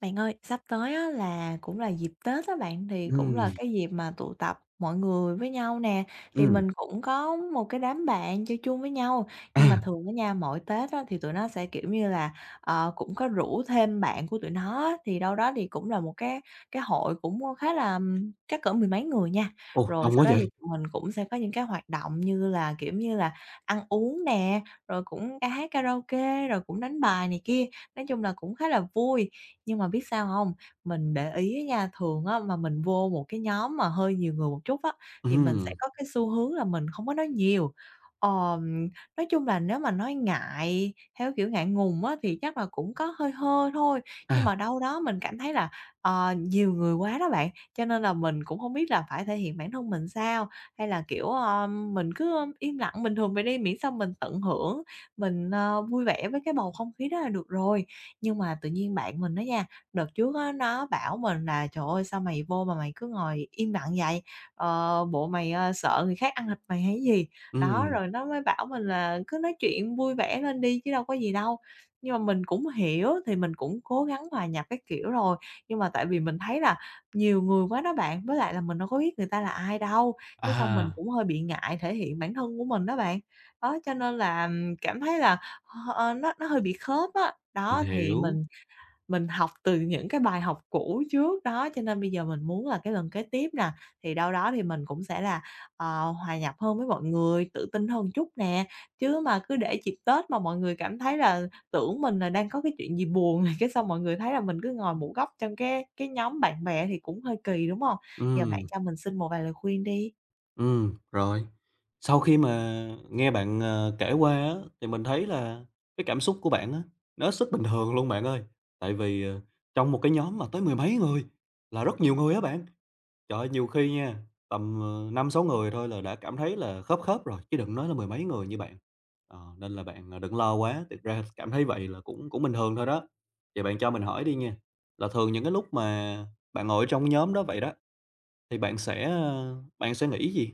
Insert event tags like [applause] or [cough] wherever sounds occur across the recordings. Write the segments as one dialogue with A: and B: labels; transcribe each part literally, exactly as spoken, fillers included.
A: Bạn ơi, sắp tới á là cũng là dịp Tết á bạn, thì cũng
B: Ừm,
A: là cái dịp mà tụ tập mọi người với nhau nè, thì
B: ừm,
A: mình cũng có một cái đám bạn chơi chung với nhau.
B: à,
A: Nhưng mà thường ở nhà mỗi Tết á thì tụi nó sẽ, kiểu như là, ờ, cũng có rủ thêm bạn của tụi nó á, thì đâu đó thì cũng là một cái cái hội cũng khá là ừm, chắc cỡ mười mấy người nha.
B: ồ,
A: Rồi
B: đông
A: sau
B: quá
A: đó thì
B: vậy?
A: tụi mình cũng sẽ có những cái hoạt động như là, kiểu như là, ăn uống nè, rồi cũng ca hát karaoke, rồi cũng đánh bài này kia. Nói chung là cũng khá là vui, nhưng mà biết sao hông? Mình để ý á nha, thường á mà mình vô một cái nhóm mà hơi nhiều người một chút á, thì mình sẽ
B: Ừm,
A: có cái xu hướng là mình không có nói nhiều. Ờm, nói chung là nếu mà nói ngại theo kiểu ngại ngùng á thì chắc là cũng có hơi hơ thôi, nhưng
B: à,
A: mà đâu đó mình cảm thấy là, ờ, nhiều người quá đó bạn, cho nên là mình cũng hông biết là phải thể hiện bản thân mình sao, hay là, kiểu, ờ, mình cứ im lặng bình thường vậy đi, miễn sao mình tận hưởng mình, ơ, vui vẻ với cái bầu không khí đó là được rồi. Nhưng mà tự nhiên bạn mình đó nha, đợt trước á, nó bảo mình là "Trời ơi, sao mày vô mà mày cứ ngồi im lặng vậy? Ờ, bộ mày, ờ, sợ người khác ăn thịt mày hay gì?" Đó,
B: ừm,
A: rồi nó mới bảo mình là "Cứ nói chuyện vui vẻ lên đi chứ đâu có gì đâu." Nhưng mà mình cũng hiểu thì mình cũng cố gắng hòa nhập cái kiểu rồi, nhưng mà tại vì mình thấy là nhiều người quá đó bạn, với lại là mình đâu có biết người ta là ai đâu, cái xong mình
B: à,
A: cũng hơi bị ngại thể hiện bản thân của mình đó bạn. Đó, cho nên là, cảm thấy là, ờ, ờ, nó nó hơi bị khớp á.
B: mình
A: Đó, thì
B: hiểu,
A: mình mình học từ những cái bài học cũ trước đó, cho nên bây giờ mình muốn là cái lần kế tiếp nè, thì đâu đó thì mình cũng sẽ là, ờ, hòa nhập hơn với mọi người, tự tin hơn chút nè. Chứ mà cứ để dịp Tết mà mọi người cảm thấy là tưởng mình là đang có cái chuyện gì buồn [laughs] này, cái xong mọi người thấy là mình cứ ngồi một góc trong cái cái nhóm bạn bè thì cũng hơi kỳ, đúng không? Giờ bạn
B: ừm,
A: cho mình xin một vài lời khuyên đi.
B: ừm, rồi. Sau khi mà nghe bạn, ờ, kể qua á, thì mình thấy là cái cảm xúc của bạn á, nó hết sức bình thường luôn bạn ơi. Tại vì, ờ, trong một cái nhóm mà tới mười mấy người là rất nhiều người á bạn. Trời ơi, nhiều khi nha, tầm, ờ, năm sáu người thôi là đã cảm thấy là khớp khớp rồi, chứ đừng nói là mười mấy người như bạn. Ờ, nên là bạn, à, đừng lo quá, thực ra cảm thấy vậy là cũng cũng bình thường thôi đó. Vậy bạn cho mình hỏi đi nha, là thường những cái lúc mà bạn ngồi trong nhóm đó vậy đó, thì bạn sẽ, ơ, bạn sẽ nghĩ gì?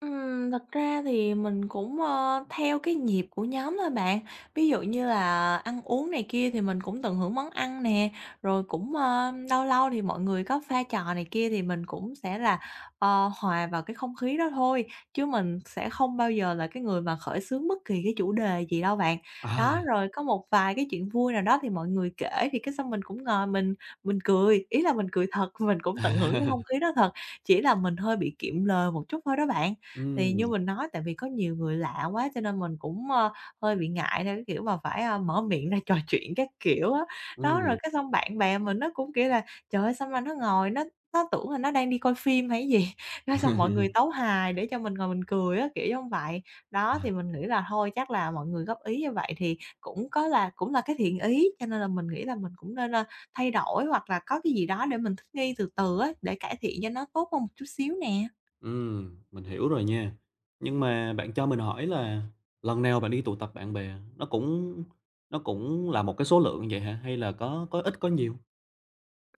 A: Ừm, thật ra thì mình cũng, ơ, theo cái nhịp của nhóm thôi bạn. Ví dụ như là ăn uống này kia thì mình cũng tận hưởng món ăn nè, rồi cũng, ơ, lâu lâu thì mọi người có pha trò này kia thì mình cũng sẽ là, ờ, hòa vào cái không khí đó thôi, chứ mình sẽ không bao giờ là cái người mà khởi xướng bất kỳ cái chủ đề gì đâu bạn.
B: À.
A: Đó, rồi có một vài cái chuyện vui nào đó thì mọi người kể thì cái xong mình cũng ngồi mình mình cười, ý là mình cười thật, [laughs] mình cũng tận hưởng cái không khí
B: [laughs]
A: đó thật, chỉ là mình hơi bị kiệm lời một chút thôi đó bạn. Thì như
B: Ừm,
A: mình nói tại vì có nhiều người lạ quá cho nên mình cũng, ơ, hơi bị ngại theo cái kiểu mà phải, a, mở miệng ra [laughs] trò chuyện các kiểu á. Đó, rồi
B: ừm.
A: cái xong bạn bè mình nó cũng, kiểu là "Trời ơi, sao mà nó ngồi nó nó tưởng là nó đang đi coi phim hay gì?" [laughs] Cái xong mọi người
B: [laughs]
A: tấu hài để cho mình ngồi mình cười á, kiểu giống vậy. Đó, thì mình nghĩ là thôi chắc là mọi người góp ý như vậy thì cũng có là cũng là cái thiện ý, cho nên là mình nghĩ là mình cũng nên, ơ, thay đổi hoặc là có cái gì đó để mình thích nghi từ từ á, để cải thiện cho nó tốt hơn một chút xíu nè.
B: Ừm, mình hiểu rồi nha. Nhưng mà bạn cho mình hỏi là lần nào bạn đi tụ tập bạn bè nó cũng nó cũng là một cái số lượng vậy hả? Hay là có có ít có nhiều?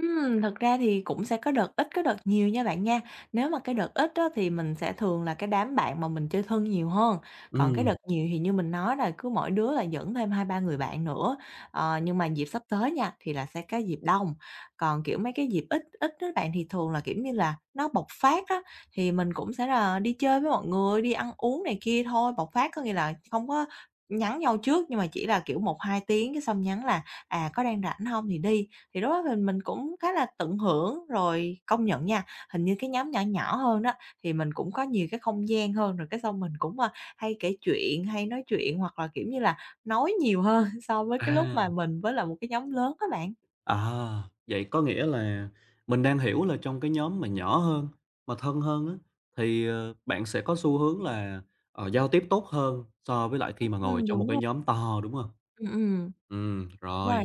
A: Ừm, thật ra thì cũng sẽ có đợt ít, có đợt nhiều nha bạn nha. Nếu mà cái đợt ít á, thì mình sẽ thường là cái đám bạn mà mình chơi thân nhiều hơn, còn cái
B: Ừ.
A: đợt nhiều thì như mình nói là cứ mỗi đứa là dẫn thêm hai ba người bạn nữa. Ờ, nhưng mà dịp sắp tới nha, thì là sẽ cái dịp đông, còn, kiểu, mấy cái dịp ít ít á bạn, thì thường là, kiểu như là, nó bộc phát á, thì mình cũng sẽ là đi chơi với mọi người, đi ăn uống này kia thôi. Bộc phát có nghĩa là không có nhắn nhau trước, nhưng mà chỉ là, kiểu, một hai tiếng cái xong nhắn là "À, có đang rảnh không thì đi." Thì lúc đó mình mình cũng khá là tận hưởng, rồi công nhận nha, hình như cái nhóm nhỏ nhỏ hơn đó, thì mình cũng có nhiều cái không gian hơn, rồi cái xong mình cũng, a, hay kể chuyện, hay nói chuyện hoặc là, kiểu như là, nói nhiều hơn [laughs] so với cái lúc
B: À,
A: mà mình với lại một cái nhóm lớn các bạn.
B: à, vậy có nghĩa là mình đang hiểu là trong cái nhóm mà nhỏ hơn, mà thân hơn á, thì, ờ, bạn sẽ có xu hướng là, ờ, giao tiếp tốt hơn so với lại khi mà ngồi
A: Ừm,
B: trong một
A: đúng
B: cái
A: rồi.
B: nhóm to, đúng không?
A: Ừm, ừm,
B: Ừ,
A: đúng rồi.
B: rồi.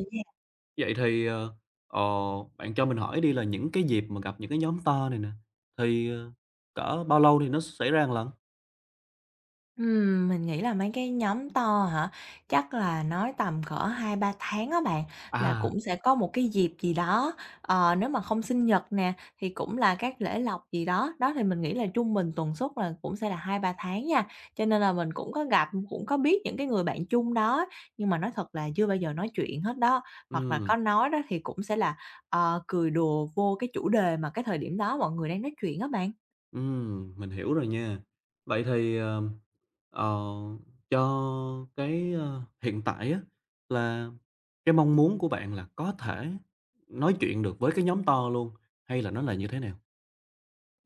B: Vậy thì, ờ, ờ, bạn cho mình hỏi đi là những cái dịp mà gặp những cái nhóm to này nè, thì, ờ, cỡ bao lâu thì nó xảy ra một lần?
A: Ừm, mình nghĩ là mấy cái nhóm to hả? Chắc là nói tầm cỡ hai ba tháng á bạn, là
B: À,
A: cũng sẽ có một cái dịp gì đó, ờ, nếu mà không sinh nhật nè, thì cũng là các lễ lộc gì đó. Đó, thì mình nghĩ là trung bình tuần suất là cũng sẽ là hai ba tháng nha, cho nên là mình cũng có gặp, cũng có biết những cái người bạn chung đó, nhưng mà nói thật là chưa bao giờ nói chuyện hết đó. Hoặc là có
B: ừm,
A: nói đó thì cũng sẽ là, ờ, cười đùa vô cái chủ đề mà cái thời điểm đó mọi người đang nói chuyện á bạn.
B: ừm, mình hiểu rồi nha. Vậy thì, ờ, ờ, cho cái, ơ, hiện tại á, là cái mong muốn của bạn là có thể nói chuyện được với cái nhóm to luôn, hay là nó là như thế nào?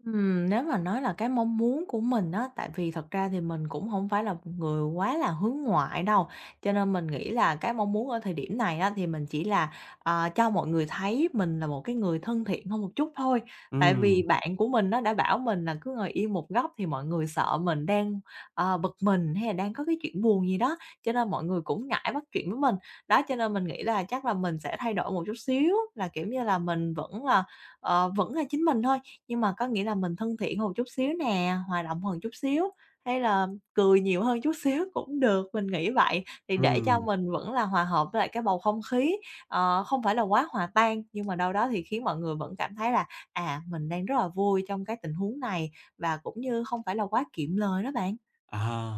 A: Ừm, nếu mà nói là cái mong muốn của mình á, tại vì thật ra thì mình cũng không phải là một người quá là hướng ngoại đâu, cho nên mình nghĩ là cái mong muốn ở thời điểm này á, thì mình chỉ là, ờ, cho mọi người thấy mình là một cái người thân thiện hơn một chút thôi. Tại vì
B: Ừm,
A: bạn của mình nó đã bảo mình là cứ ngồi yên một góc thì mọi người sợ mình đang, ờ, bực mình hay là đang có cái chuyện buồn gì đó, cho nên mọi người cũng ngại bắt chuyện với mình. Đó, cho nên mình nghĩ là chắc là mình sẽ thay đổi một chút xíu, là, kiểu như là, mình vẫn là Ờ, vẫn là chính mình thôi, nhưng mà có nghĩa là mình thân thiện hơn một chút xíu nè, hòa đồng hơn chút xíu, hay là cười nhiều hơn chút [laughs] xíu cũng được, mình nghĩ vậy. Thì để cho
B: ừm,
A: mình vẫn là hòa hợp với lại cái bầu không khí, ờ, không phải là quá hòa tan, nhưng mà đâu đó thì khiến mọi người vẫn cảm thấy là, à, mình đang rất là vui trong cái tình huống này và cũng như không phải là quá kiệm lời đó bạn.
B: à,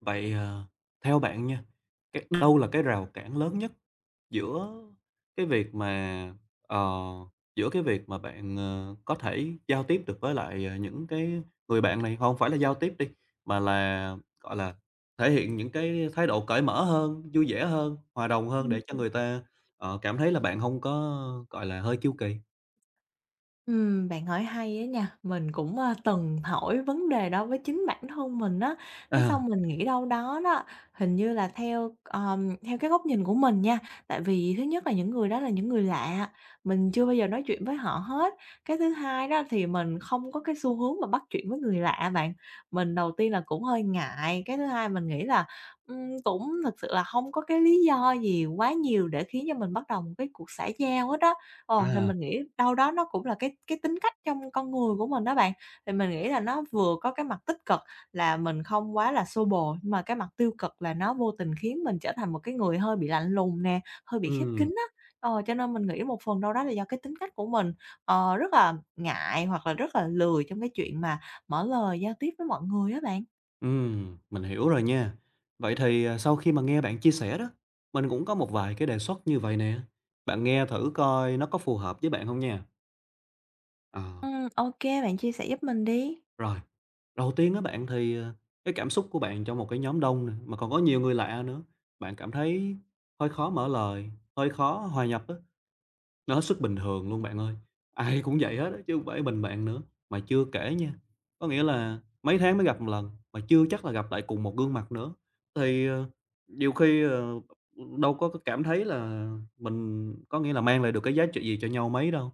B: vậy, ờ, theo bạn nha, cái đâu là cái rào cản lớn nhất Giữa cái việc mà, ờ, giữa cái việc mà bạn, ờ, có thể giao tiếp được với lại, ờ, những cái người bạn này không phải là giao tiếp đi, mà là, gọi là, thể hiện những cái thái độ cởi mở hơn, vui vẻ hơn, hòa đồng hơn để cho người ta, ờ, cảm thấy là bạn không có, gọi là, hơi kiêu kỳ.
A: Ừm, bạn hỏi hay á nha, mình cũng, a, từng hỏi vấn đề đó với chính bản thân mình á, cái
B: À,
A: xong mình nghĩ đâu đó đó, hình như là theo, ờm, theo cái góc nhìn của mình nha, tại vì thứ nhất là những người đó là những người lạ, mình chưa bao giờ nói chuyện với họ hết. Cái thứ hai đó thì mình không có cái xu hướng mà bắt chuyện với người lạ bạn, mình đầu tiên là cũng hơi ngại, cái thứ hai mình nghĩ là, ừm, cũng thực sự là không có cái lý do gì quá nhiều để khiến cho mình bắt đầu một cái cuộc xã giao hết á. Ờ, thì
B: à,
A: mình nghĩ đâu đó nó cũng là cái cái tính cách trong con người của mình đó bạn. Thì mình nghĩ là nó vừa có cái mặt tích cực là mình không quá là xô bồ, nhưng mà cái mặt tiêu cực là nó vô tình khiến mình trở thành một cái người hơi bị lạnh lùng nè, hơi bị khép kín
B: ừm,
A: á. Ờ, cho nên mình nghĩ một phần đâu đó là do cái tính cách của mình, ờ, rất là ngại hoặc là rất là lười trong cái chuyện mà mở lời giao tiếp với mọi người á bạn.
B: ừm, mình hiểu rồi nha. Vậy thì, à, sau khi mà nghe bạn chia sẻ đó, mình cũng có một vài cái đề xuất như vậy nè, bạn nghe thử coi nó có phù hợp với bạn không nha. Ờ.
A: Ừm, ô bạn chia sẻ giúp mình đi.
B: Rồi, đầu tiên á bạn thì, ờ, cái cảm xúc của bạn trong một cái nhóm đông nè, mà còn có nhiều người lạ nữa, bạn cảm thấy hơi khó mở lời, hơi khó hòa nhập á, nó hết sức bình thường luôn bạn ơi. Ai cũng vậy hết á chứ không phải mình bạn nữa. Mà chưa kể nha, có nghĩa là mấy tháng mới gặp một lần, mà chưa chắc là gặp lại cùng một gương mặt nữa, thì, ờ, nhiều khi, ờ, đâu có cảm thấy là mình có nghĩa là mang lại được cái giá trị gì cho nhau mấy đâu.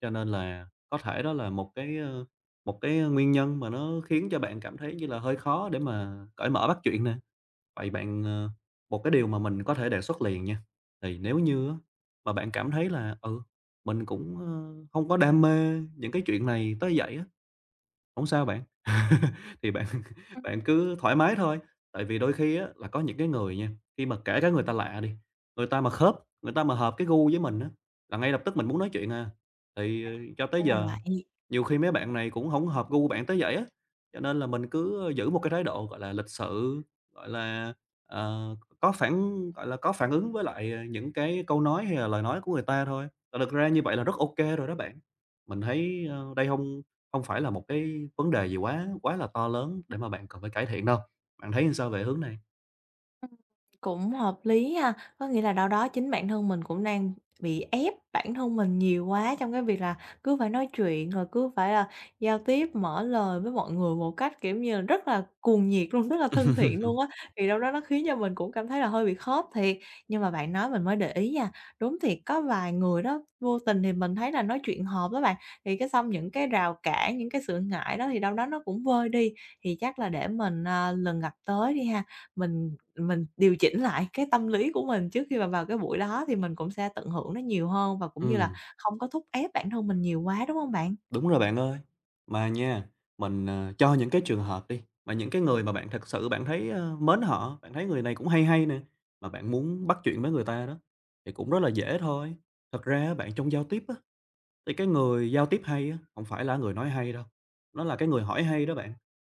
B: Cho nên là có thể đó là một cái, ơ, một cái nguyên nhân mà nó khiến cho bạn cảm thấy như là hơi khó để mà cởi mở bắt chuyện nè. Vậy bạn, ờ một cái điều mà mình có thể đề xuất liền nha, thì nếu như á mà bạn cảm thấy là, ừ, mình cũng, ơ, hông có đam mê những cái chuyện này tới vậy á, không sao bạn. Thì bạn [laughs]
A: Ừm,
B: bạn cứ thoải mái thôi, tại vì đôi khi á là có những cái người nha, khi mà kể cả người ta lạ đi, người ta mà khớp, người ta mà hợp cái gu với mình á, là ngay lập tức mình muốn nói chuyện à. Thì,
A: à,
B: ờ, cho tới
A: ra là
B: giờ,
A: vậy.
B: nhiều khi mấy bạn này cũng không hợp gu bạn tới vậy á, cho nên là mình cứ giữ một cái thái độ, gọi là, lịch sự, gọi là, ờ, có phản gọi là, có phản ứng với lại, ờ, những cái câu nói hay là lời nói của người ta thôi. Và thực ra như vậy là rất ok rồi đó bạn. Mình thấy, ơ, đây không không phải là một cái vấn đề gì quá quá là to lớn để mà bạn cần phải cải thiện đâu. Bạn thấy sao về hướng này?
A: Cũng hợp lý ha, có nghĩa là đâu đó chính bản thân mình cũng đang bị ép bản thân mình nhiều quá trong cái việc là cứ phải nói chuyện, rồi cứ phải là giao tiếp, mở lời với mọi người một cách, kiểu như là, rất là cuồng nhiệt luôn, rất là thân thiện
B: [laughs]
A: luôn á, thì đâu đó nó khiến cho mình cũng cảm thấy là hơi bị khớp thiệt. Nhưng mà bạn nói mình mới để ý nha, đúng thiệt có vài người đó, vô tình thì mình thấy là nói chuyện hợp đó bạn, thì cái xong những cái rào cản, những cái sự ngại đó thì đâu đó nó cũng vơi đi, thì chắc là để mình, à, lần gặp tới đi ha, mình mình điều chỉnh lại cái tâm lý của mình trước khi mà vào cái buổi đó thì mình cũng sẽ tận hưởng nó nhiều hơn và cũng như là
B: Ừm,
A: không có thúc ép bản thân mình nhiều quá, đúng không bạn?
B: đúng rồi bạn ơi. Mà nha, mình, ờ, cho những cái trường hợp đi, mà những cái người mà bạn thật sự bạn thấy, ơ, mến họ, bạn thấy người này cũng hay hay nè, mà bạn muốn bắt chuyện với người ta đó, thì cũng rất là dễ thôi. Thật ra á bạn, trong giao tiếp á, thì cái người giao tiếp hay á, hổng phải là người nói hay đâu, nó là cái người hỏi hay đó bạn.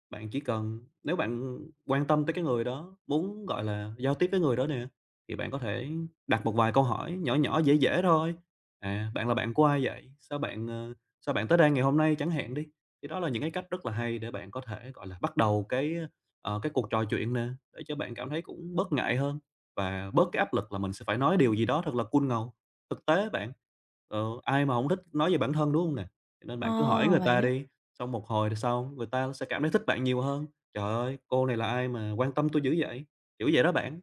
B: Bạn chỉ cần nếu bạn quan tâm tới cái người đó, muốn, gọi là, giao tiếp với người đó nè, thì bạn có thể đặt một vài câu hỏi nhỏ nhỏ, dễ dễ thôi. "À, bạn là bạn của ai vậy? Sao bạn, ờ, sao bạn tới đây ngày hôm nay?" Chẳng hạn đi. Thì đó là những cái cách rất là hay để bạn có thể, gọi là, bắt đầu cái, ờ, cái cuộc trò chuyện nè, để cho bạn cảm thấy cũng bớt ngại hơn và bớt cái áp lực là mình sẽ phải nói điều gì đó thật là cool ngầu. Thực tế bạn, ờ, ai mà hổng thích nói về bản thân, đúng hông nè? Cho nên
A: Ờ,
B: bạn cứ hỏi người
A: vậy
B: ta
A: á.
B: đi, xong một hồi sau người ta sẽ cảm thấy thích bạn nhiều hơn. "Trời ơi, cô này là ai mà quan tâm tui dữ vậy?" Kiểu vậy đó bạn,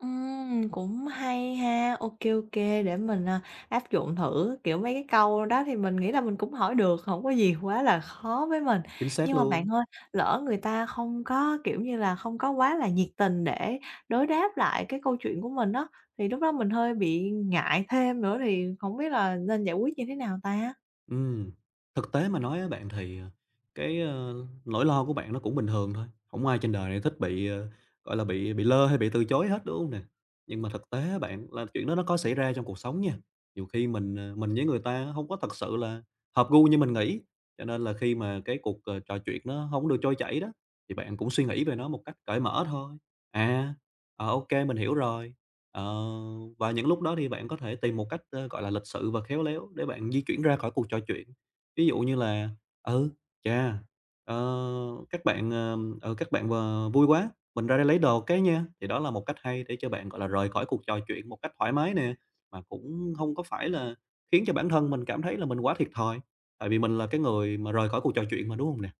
A: Ừm, cũng hay ha. Ok, ok, để mình, à, áp dụng thử. Kiểu, mấy cái câu đó thì mình nghĩ là mình cũng hỏi được, không có gì quá là khó với mình.
B: chính xác
A: Nhưng mà bạn
B: luôn.
A: ơi, lỡ người ta không có, kiểu như là, không có quá là nhiệt tình để đối đáp lại cái câu chuyện của mình đó thì lúc đó mình hơi bị ngại thêm nữa thì không biết là nên giải quyết như thế nào ta?
B: Ừm, thực tế mà nói á bạn thì, ờ, cái, ơ, nỗi lo của bạn nó cũng bình thường thôi, không ai trên đời này thích bị, ờ, gọi là, bị bị lơ hay bị từ chối hết, đúng không nè? Nhưng mà thực tế á bạn là chuyện đó nó có xảy ra trong cuộc sống nha, nhiều khi mình, ờ, mình với người ta không có thật sự là hợp gu như mình nghĩ, cho nên là khi mà cái cuộc, ờ, trò chuyện nó không được trôi chảy đó, thì bạn cũng suy nghĩ về nó một cách cởi mở thôi. À, ờ, ô mình hiểu rồi. Ờ, và những lúc đó thì bạn có thể tìm một cách, ơ, gọi là, lịch sự và khéo léo để bạn di chuyển ra khỏi cuộc trò chuyện. Ví dụ như là "Ừ, chà, ờ, các bạn, ờ, ừ, các bạn v vui quá, mình ra đây lấy đồ cái nha." Thì đó là một cách hay để cho bạn, gọi là, rời khỏi cuộc trò chuyện một cách thoải mái nè, mà cũng không có phải là khiến cho bản thân mình cảm thấy là mình quá thiệt thòi, tại vì mình là cái người mà rời khỏi cuộc trò chuyện mà, đúng không nè?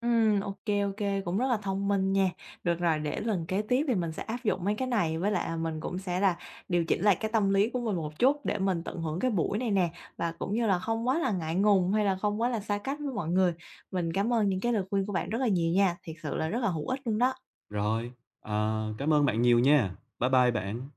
A: Ừm, ok, ok, cũng rất là thông minh nha. Được rồi, để lần kế tiếp thì mình sẽ áp dụng mấy cái này, với lại, à, mình cũng sẽ là điều chỉnh lại cái tâm lý của mình một chút để mình tận hưởng cái buổi này nè, và cũng như là không quá là ngại ngùng hay là không quá là xa cách với mọi người. Mình cảm ơn những cái lời khuyên của bạn rất là nhiều nha, thiệt sự là rất là hữu ích luôn đó.
B: Rồi, ờ, cảm ơn bạn nhiều nha. Bye bye bạn.